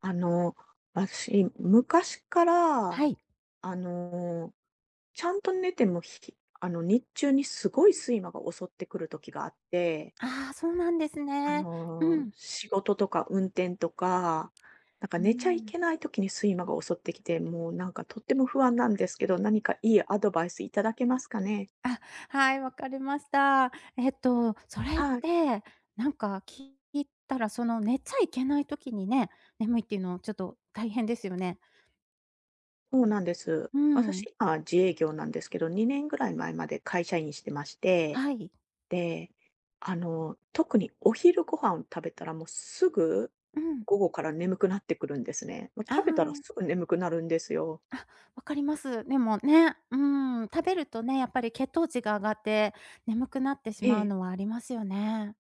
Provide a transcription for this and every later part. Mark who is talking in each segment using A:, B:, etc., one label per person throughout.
A: あの、私、昔から、
B: はい。
A: あの、ちゃんと寝ても、ひあの、日中にすごい睡魔が襲ってくる時があって、
B: ああ、そうなんですね。うん。
A: 仕事とか運転とか、なんか
B: うー
A: 寝ちゃいけ
B: ん。
A: ない時に睡魔が襲ってきて、もうなんかとっても不安なんですけど、何かいいアドバイスいただけますかね？
B: あ、はい、わかりました。それっ
A: はい、
B: て、なんか聞いたら、その、寝ちゃいけない時にね、眠いっていうのちょっと大変ですよね。
A: そうなんです。
B: うん。
A: 私、今自営業なんですけど、2年ぐらい前まで会社員してまして、
B: はい。
A: で、特にお昼ご飯を食べたらもうすぐ、
B: うん。
A: 午後から眠くなってくるんですね。もう
B: あ
A: 食べたら
B: あ、
A: すぐ眠くなるんですよ。
B: あ、わかります。でもね、食べるとね、やっぱり血糖値が上がって、眠くなってし
A: え
B: まう
A: え、
B: のはありますよね。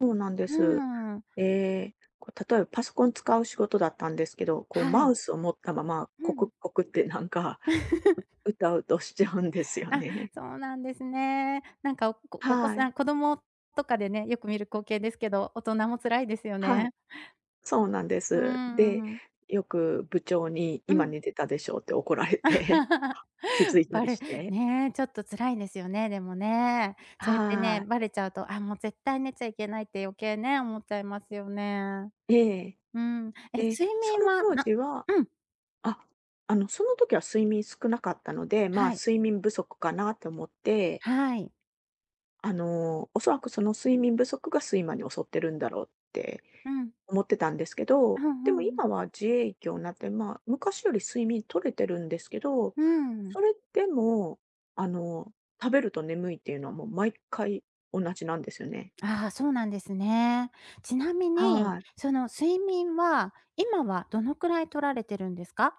A: そうなんで
B: う
A: す。
B: ん。
A: えこう例えばパソコン使う仕事だったんですけど、こう
B: は
A: マ
B: い。
A: ウスを持ったまま
B: う
A: コ
B: ん。
A: クコクってなんか、ううとしちゃうんですよ
B: あ、
A: ね。
B: そうなんですね。おこお子
A: は
B: さ
A: い。
B: ん子供とかでね、よく見る光景ですけど、大人も辛いですよ
A: はい。
B: ね。
A: そうなんで
B: うー
A: す。で、
B: ん。
A: よく部長に
B: う
A: 今
B: ん。
A: 寝てたでしょうって怒られて 気づいた
B: バ
A: り
B: レ
A: して。
B: ね、ちょっと辛いですよね、でもね。そうやって
A: は
B: ね、
A: い。
B: バレちゃうと、あ、もう絶対寝ちゃいけないって余計ね、思っちゃいますよね。
A: ええ。
B: うん。え、
A: で、
B: 睡
A: そ
B: 眠
A: の
B: は
A: 当
B: な
A: 時は、
B: うん、
A: あ、その時は睡眠少なかったので、まあ、
B: はい、
A: 睡眠不足かなと思って、
B: はい。
A: おそらくその睡眠不足が睡魔に襲ってるんだろうって
B: うん。
A: 思ってたんですけ
B: う
A: ど、
B: んう
A: でも
B: んうん。
A: 今は自営業になって、まあ、昔より睡眠取れてるんですけど、
B: うーん。
A: それでも、あの、食べると眠いっていうのはもう毎回同じなんですよね。
B: ああ、そうなんですね。ちなみに、
A: はい。
B: その睡眠は、今はどのくらい取られてるんですか？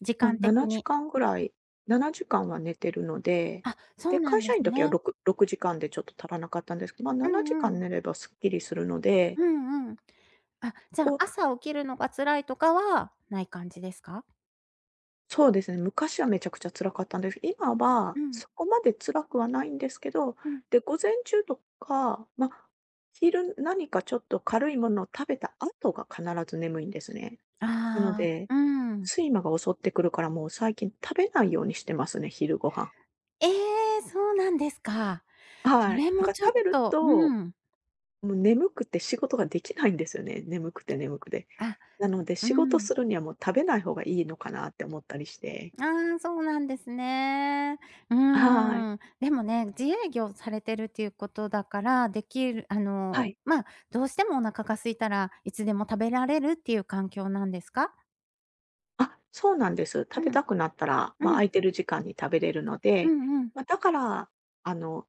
B: 時
A: まあ、
B: 間
A: 7
B: 的に。
A: 時間ぐらい、7時間は寝てるので、
B: あ、そ
A: で、
B: うな
A: 会
B: んで
A: 社員の
B: す
A: 時は
B: ね。
A: 6-6時間でちょっと足らなかったんですけど、まあ、
B: う
A: 7
B: ん
A: 時
B: う
A: 間
B: ん。
A: 寝ればすっきりするので、
B: うんうん。あ、じゃ
A: こ
B: あ、
A: う
B: 朝起きるのが辛いとかはない感じですか？
A: そうですね、昔はめちゃくちゃ辛かったんです。今は
B: うん、
A: そこまで辛くはないんですけど、
B: うん。
A: で、午前中とか、まあ、昼何かちょっと軽いものを食べた後が必ず眠いんですね。なの
B: あ
A: で、
B: あ、うん。
A: 睡魔が襲ってくるからもう最近食べないようにしてますね、昼ご飯。
B: ええ、そうなんですか。そ
A: はい。
B: れ
A: だ
B: も
A: から
B: ちょっ
A: 食べる
B: と、
A: と
B: うん。
A: もう眠くて仕事ができないんですよね。眠くて眠くて。
B: あ、
A: なので、
B: う
A: 仕事
B: ん。
A: するにはもう食べない方がいいのかなって思ったりして。
B: ああ、そうなんですね。う
A: はい。
B: ーん。でもね、自営業されてるっていうことだから、できるあ
A: は
B: の、
A: い。
B: まあ、どうしてもお腹が空いたらいつでも食べられるっていう環境なんですか？
A: あ、そうなんです。
B: う
A: 食べ
B: ん、
A: たくなったら、まあ、
B: うん、
A: 空いてる時間に食べれるの
B: う
A: で、
B: んうん。
A: まあ、だから、あの、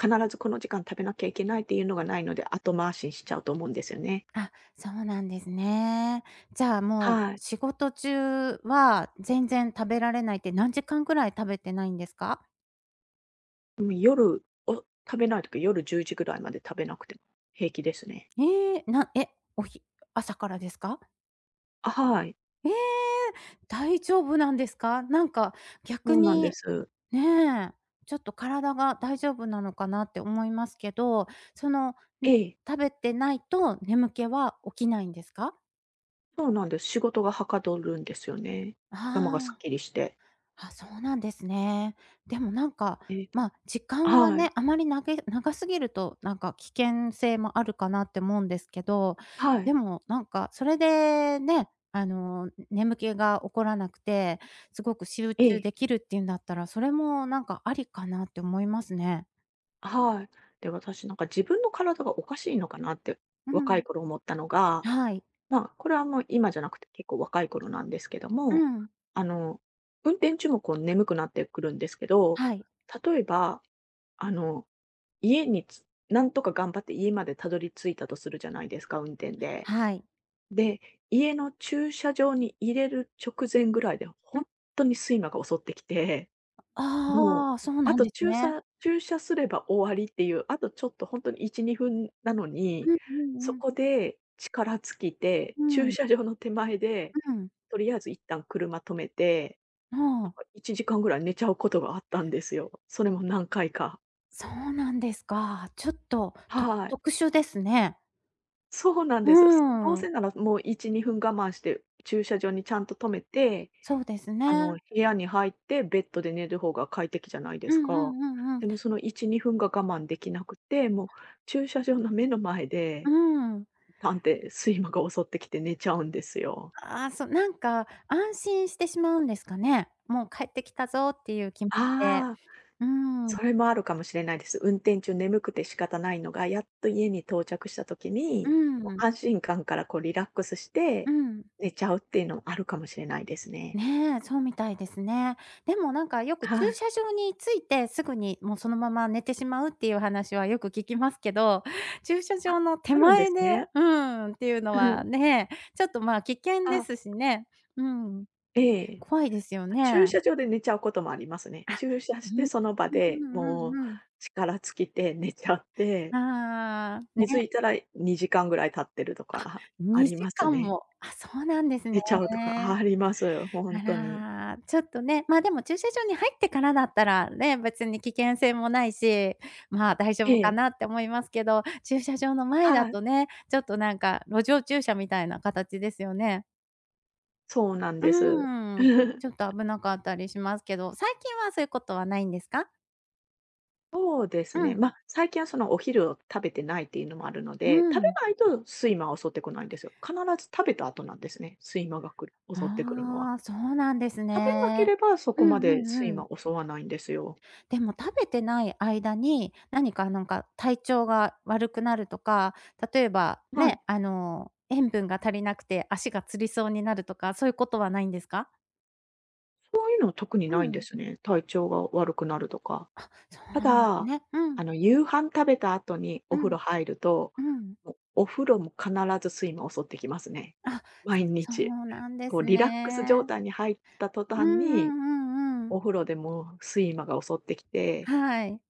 A: 必ずこの時間食べなきゃいけないっていうのがないので、後回しにしちゃうと思うんですよね。
B: あ、そうなんですね。じゃあ、もう
A: はい。
B: 仕事中は全然食べられないって、何時間くらい食べてないんですか？
A: でも夜を食べないとき、夜10時ぐらいまで食べなくても平気ですね。
B: ええ、なえ、おひ朝からですか？
A: あ、はい。
B: ええ、大丈夫なんですか？
A: そ
B: 逆
A: うなんで
B: に、
A: す。
B: ねえ、ちょっと体が大丈夫なのかなって思いますけど、その、ん
A: ええ。
B: 食べてないと眠気は起きないんですか？
A: そうなんです。仕事がはかどるんですよね。頭がすっ
B: あ
A: きりして。
B: あ、あ、そうなんですね。でもなんか、
A: ええ、
B: まあ、時間は
A: は
B: ね、
A: い、
B: あまり長い長すぎるとなんか危険性もあるかなって思うんですけど、
A: はい、
B: でもなんかそれでね、あの、眠気が起こらなくて、すごく集
A: え
B: 中で
A: え、
B: きるっていうんだったら、それもなんかありかなって思いますね。
A: はい。で、私なんか自分の体がおかしいのかなって
B: う
A: 若い
B: ん、
A: 頃思ったのが、
B: はい。
A: まあ、これはもう今じゃなくて結構若い頃なんですけど
B: う
A: も、
B: ん。
A: あの、運転中もこう眠くなってくるんですけど、
B: はい。
A: 例えば、あの、家につなんとか頑張って家までたどり着いたとするじゃないですか、運転で。
B: はい。
A: で、家の駐車場に入れる直前ぐらいで、
B: う
A: ほ
B: ん。
A: んとに睡魔が襲ってきて、もう、
B: ああ、そう
A: あ
B: なん
A: と
B: で
A: ち
B: す
A: ゅう
B: ね。
A: さ駐車すれば終わりっていう、あとちょっとほんとに1、2分なのに、
B: うんう
A: そ
B: んうん。
A: こで力尽きて、
B: う
A: 駐
B: ん。
A: 車場の手前で、
B: うん。
A: とりあえず一旦車止めて、なん
B: ああ、
A: か1時間ぐらい寝ちゃうことがあったんですよ。それも何回か。
B: そうなんですか。ちょっと、
A: はい。
B: 特殊ですね。
A: そうなん
B: う
A: です。どう
B: ーん。
A: せならもう1、2分我慢して、駐車場にちゃんと止めて、
B: そうですね。
A: 部屋に入ってベッドで寝る方が快適じゃないで
B: うん
A: す
B: う
A: か。
B: んうんう
A: で
B: ん。
A: もその1、2分が我慢できなくて、もう駐車場の目の前
B: う
A: で、
B: ーん。
A: 探偵て睡魔が襲ってきて寝ちゃうんですよ。
B: ああ、そう、なんか安心してしまうんですかね。もう帰ってきたぞっていう気持ちで。
A: ああ、
B: うー
A: そ
B: ん。
A: れもあるかもしれないです。運転中眠くて仕方ないのが、やっと家に到着した時
B: う
A: に、もう
B: ん。
A: 安心感からこうリラックスし
B: う
A: て
B: ん。
A: 寝ちゃうっていうのもあるかもしれないですね。
B: ねえ、そうみたいですね。でもなんかよく駐
A: はい。
B: 車場に着いてすぐにもうそのまま寝てしまうっていう話はよく聞きますけど、駐車場
A: あ、
B: の手
A: あるんで
B: 前
A: す
B: で、
A: ね。
B: っていうの
A: う
B: は
A: ん。
B: ね、ちょっとまあ危険で
A: あ、
B: すしね。うん、
A: ええ。
B: 怖いですよ
A: あ、駐
B: ね。
A: 車場で寝ちゃうこともありますね。
B: あ、
A: 駐車
B: う
A: して
B: ん。
A: その場
B: うん
A: で、
B: う
A: も
B: ん
A: う
B: うんうん。
A: 力尽きて 寝ちゃって、
B: ああ、
A: 気づ
B: ね、
A: いたら2時間ぐらい経ってるとかあり
B: 2
A: ます
B: 時間
A: ね。
B: も。あ、そうなんですね。
A: 寝ちゃうとか、あ、ります、よ、本
B: あ
A: 当に。
B: ら、ちょっとね、ま、あでも駐車場に入ってからだったらね、別に危険性もないし、まあ、大丈
A: え
B: 夫か
A: え、
B: なって思いますけど、駐車場の前だ
A: はい、
B: とね、ちょっとなんか路上駐車みたいな形ですよね。
A: そうなん
B: う
A: です。
B: ーん、ちょっと危なかったりしますけど、最近はそういうことはないんですか？
A: そうです
B: う
A: ね、
B: ん、
A: まあ、最近はそのお昼を食べてないっていうのもあるの
B: う
A: で、食べ
B: ん。
A: ないと睡魔は襲ってこないんですよ。必ず食べた後なんですね、睡魔が襲ってくるのは。
B: ああ、そうなんです
A: 食べなけ
B: ね。
A: ればそ
B: う
A: こま
B: んう
A: で睡
B: んう
A: 魔
B: ん。
A: 襲わないんですよ。
B: でも食べてない間に、なんか体調が悪くなるとか、例えば、
A: は
B: ね、
A: い。
B: あの、塩分が足りなくて足がつりそうになるとか、そういうことはないんですか？
A: そういうのは特に
B: う
A: ないんで
B: ん。
A: すね。体調が悪くなるとか。
B: あ、そう
A: た
B: なんです
A: だ、
B: ね。うん、
A: 夕飯食べた後にお
B: う
A: 風
B: ん、
A: 呂入ると、
B: うん。
A: もうお風呂も必ず睡魔襲ってきますね。
B: あ、
A: 毎
B: そ
A: 日。
B: うなんで
A: こう
B: す
A: リラックス状
B: ね。
A: 態に入った途
B: うんう
A: 端
B: ん
A: に、
B: うんうん。
A: お風呂でも睡魔が襲ってきて、
B: はい。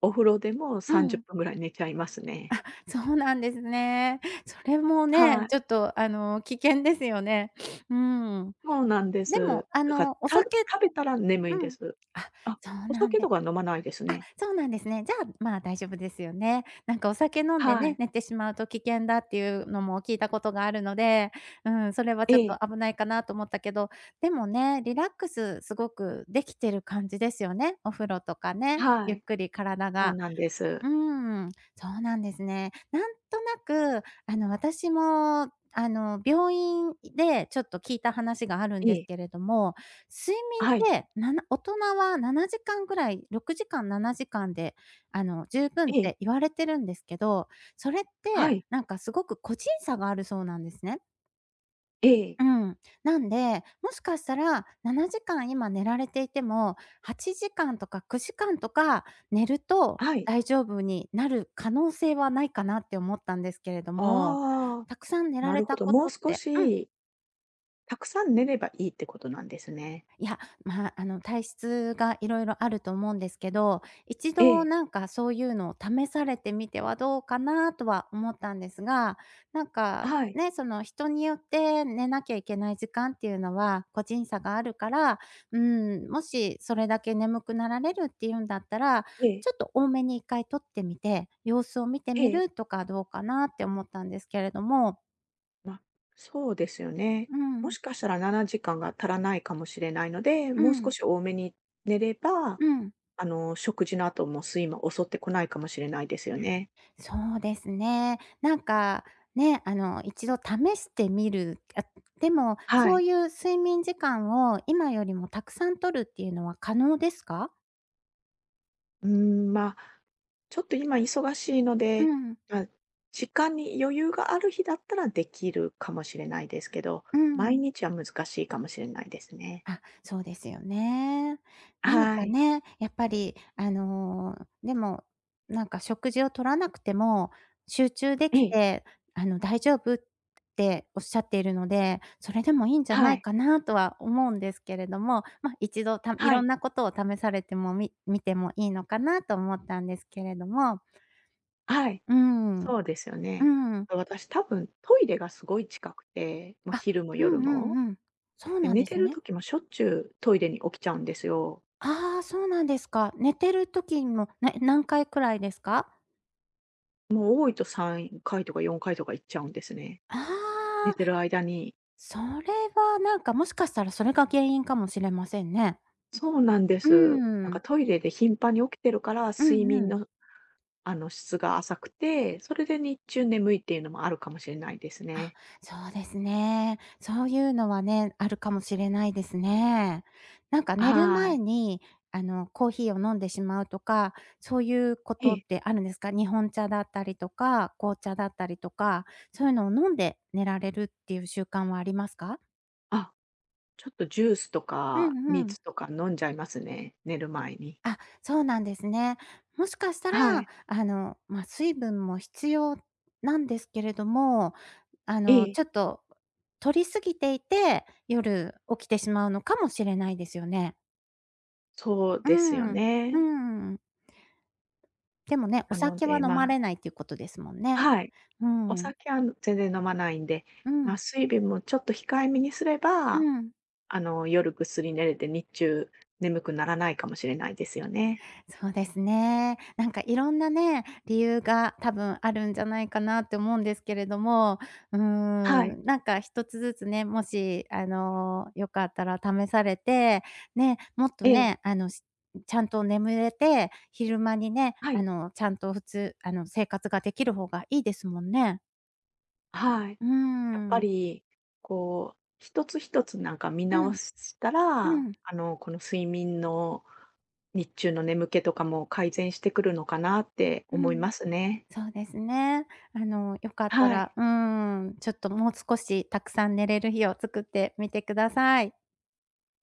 A: お風呂でも
B: う
A: 30
B: ん、
A: 分ぐらい寝ちゃいますね。
B: そうなんですね。それも
A: は
B: ね、
A: い。
B: ちょっとあの、危険ですよね。うん。
A: そうなんで
B: でも、
A: す。
B: あ
A: だか
B: の、お
A: ら、
B: 酒
A: 食べたら眠い
B: う
A: んで
B: ん。
A: す。
B: あ、
A: あ、
B: そう
A: お
B: なん
A: 酒と
B: で
A: か飲まないです
B: あ、
A: ね。
B: そうなんですね。じゃあ、まあ、大丈夫ですよね。なんかお酒飲んで
A: は
B: ね、
A: い。
B: 寝てしまうと危険だっていうのも聞いたことがあるので、うん、それは
A: え
B: ちょっ
A: え、
B: と危ないかなと思ったけど、でもね、リラックスすごくできてる感じですよね。お風呂とかね、
A: は
B: ゆっ
A: い。
B: くり体
A: そう
B: が
A: なんです。
B: うーん、そうなんですね。なんとなく、あの、私も、あの、病院でちょっと聞いた話があるん
A: え
B: です
A: え、
B: けれども、睡
A: はい、
B: 眠って、大人は7時間ぐらい、6時間、7時間で、あの、十分っ
A: ええ、
B: て言われてるんですけど、それっ
A: は
B: て、
A: い、
B: なんかすごく個人差があるそうなんですね。
A: ええ、
B: うん。なんで、もしかしたら7時間今寝られていても、8時間とか9時間とか寝ると
A: はい。
B: 大丈夫になる可能性はないかなって思ったんですけれども、
A: ああ、
B: たくさん寝ら
A: な
B: れ
A: るほ
B: た
A: ど。
B: こ
A: も
B: と
A: う
B: っ
A: 少
B: てうん。
A: し、たくさん寝ればいいってことなんですね。
B: いや、まあ、あの、体質がいろいろあると思うんですけど、一
A: え
B: 度
A: え、
B: なんかそういうのを試されてみてはどうかなとは思ったんですが、なんか、
A: はい、
B: ね、その人によって寝なきゃいけない時間っていうのは個人差があるから、うん、もしそれだけ眠くなられるっていうんだったら、
A: ええ、
B: ちょっと多めに一回取ってみて、様子を見て
A: え
B: み
A: え、
B: るとかどうかなって思ったんですけれども。
A: ま、そうですよね。
B: う
A: も
B: ん、
A: しかしたら7時間が足らないかもしれないので、
B: う
A: もう少
B: ん、
A: し多めに寝れば、
B: うん。
A: 食事の後も睡魔襲ってこないかもしれないですよね。
B: そうですね。なんか、ね、あの、一度試してみる。あ、でも、
A: は
B: そう
A: い。
B: いう睡眠時間を今よりもたくさん取るっていうのは可能ですか？
A: うーん、まあ、ちょっと今忙しいの
B: う
A: で、
B: ん、
A: まあ、時間に余裕がある日だったらできるかもしれないですけど、
B: う
A: 毎
B: ん。
A: 日は難しいかもしれないですね。
B: あ、そうですよね。何
A: は
B: か
A: い。
B: ね、やっぱり、あの、でも、なんか食事を取らなくても、集中で
A: え
B: き
A: え、
B: て、あの、大丈夫っておっしゃっているので、それでもいいんじゃな
A: は
B: い
A: い、
B: かなとは思うんですけれども、まあ、一度い
A: は
B: ろん
A: い、
B: なことを試されても見てもいいのかなと思ったんですけれども。
A: はい、
B: うん、
A: そうですよね。
B: うん。
A: 私多分トイレがすごい近くて、もう
B: あ、
A: 昼も
B: うん
A: 夜
B: う
A: も。
B: んうん。そう
A: で、
B: なん
A: 寝
B: で
A: て
B: す
A: る
B: ね。
A: 時もしょっちゅうトイレに起きちゃうんですよ。
B: ああ、そうなんですか。寝てる時も、何回くらいですか？
A: もう多いと3回とか4回とか行っちゃうんですね。
B: あ
A: 寝
B: あ、
A: てる間に。
B: それはなんか、もしかしたらそれが原因かもしれませんね。
A: そうなんで
B: う
A: す。なんか
B: ん。
A: トイレで頻繁に起きてるから、
B: う
A: 睡
B: んう
A: 眠
B: ん。
A: の、質が浅くて、それで日中眠いっていうのもあるかもしれないです
B: あ、
A: ね。
B: そうですね。そういうのはね、あるかもしれないですね。なんか寝る
A: は
B: 前
A: い。
B: に、あの、コーヒーを飲んでしまうとか、そういうこ
A: え
B: とっ
A: え。
B: てあるんですか？日本茶だったりとか、紅茶だったりとか、そういうのを飲んで寝られるっていう習慣はありますか？
A: あ、ちょっとジュースと
B: う
A: か
B: んうん。
A: 水とか飲んじゃいますね、寝る前に。
B: あ、そうなんですね。もしかしたら、
A: はい。
B: あの、まあ、水分も必要なんですけれども、あ
A: え
B: の、
A: え、
B: ちょっと摂り過ぎていて、夜起きてしまうのかもしれないですよね。
A: そう
B: う
A: ですよ
B: ん。うー
A: ね。
B: ん。でもね、お
A: なの
B: 酒は
A: で、
B: 飲ま
A: まあ、
B: れないっていうことですもんね。
A: はい、
B: う
A: お
B: ん。
A: 酒は全然飲まないんで、
B: う
A: ま
B: ん。
A: あ、水分もちょっと控えめにすれ
B: う
A: ば、
B: ん。
A: 夜ぐっすり寝れて、日中眠くならないかもしれないですよね。
B: そうですね。なんかいろんなね、理由が多分あるんじゃないかなって思うんですけれども、うー
A: はい。
B: ん、なんか一つずつね、もし、あの、よかったら試されて、ね、もっと
A: ええ、
B: ね、あの、ちゃんと眠れて、昼間にね、
A: は
B: あ
A: い、
B: の、ちゃんと普通、あの、生活ができる方がいいですもんね。
A: はい。
B: うー
A: やっぱ
B: ん。
A: り、こう、一つ一つなんか見
B: う
A: 直
B: ん、
A: した
B: う
A: ら、
B: ん、
A: この睡眠の日中の眠気とかも改善してくるのかなって
B: う
A: 思い
B: ん。
A: ますね。
B: そうですね。あの、よかった
A: は
B: ら、
A: い、
B: うーん、ちょっともう少したくさん寝れる日を作ってみてください。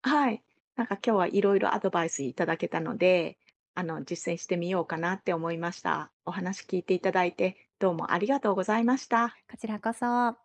A: はい。なんか今日はいろいろアドバイスいただけたので、実践してみようかなって思いました。お話聞いていただいて、どうもありがとうございました。
B: こちらこそ。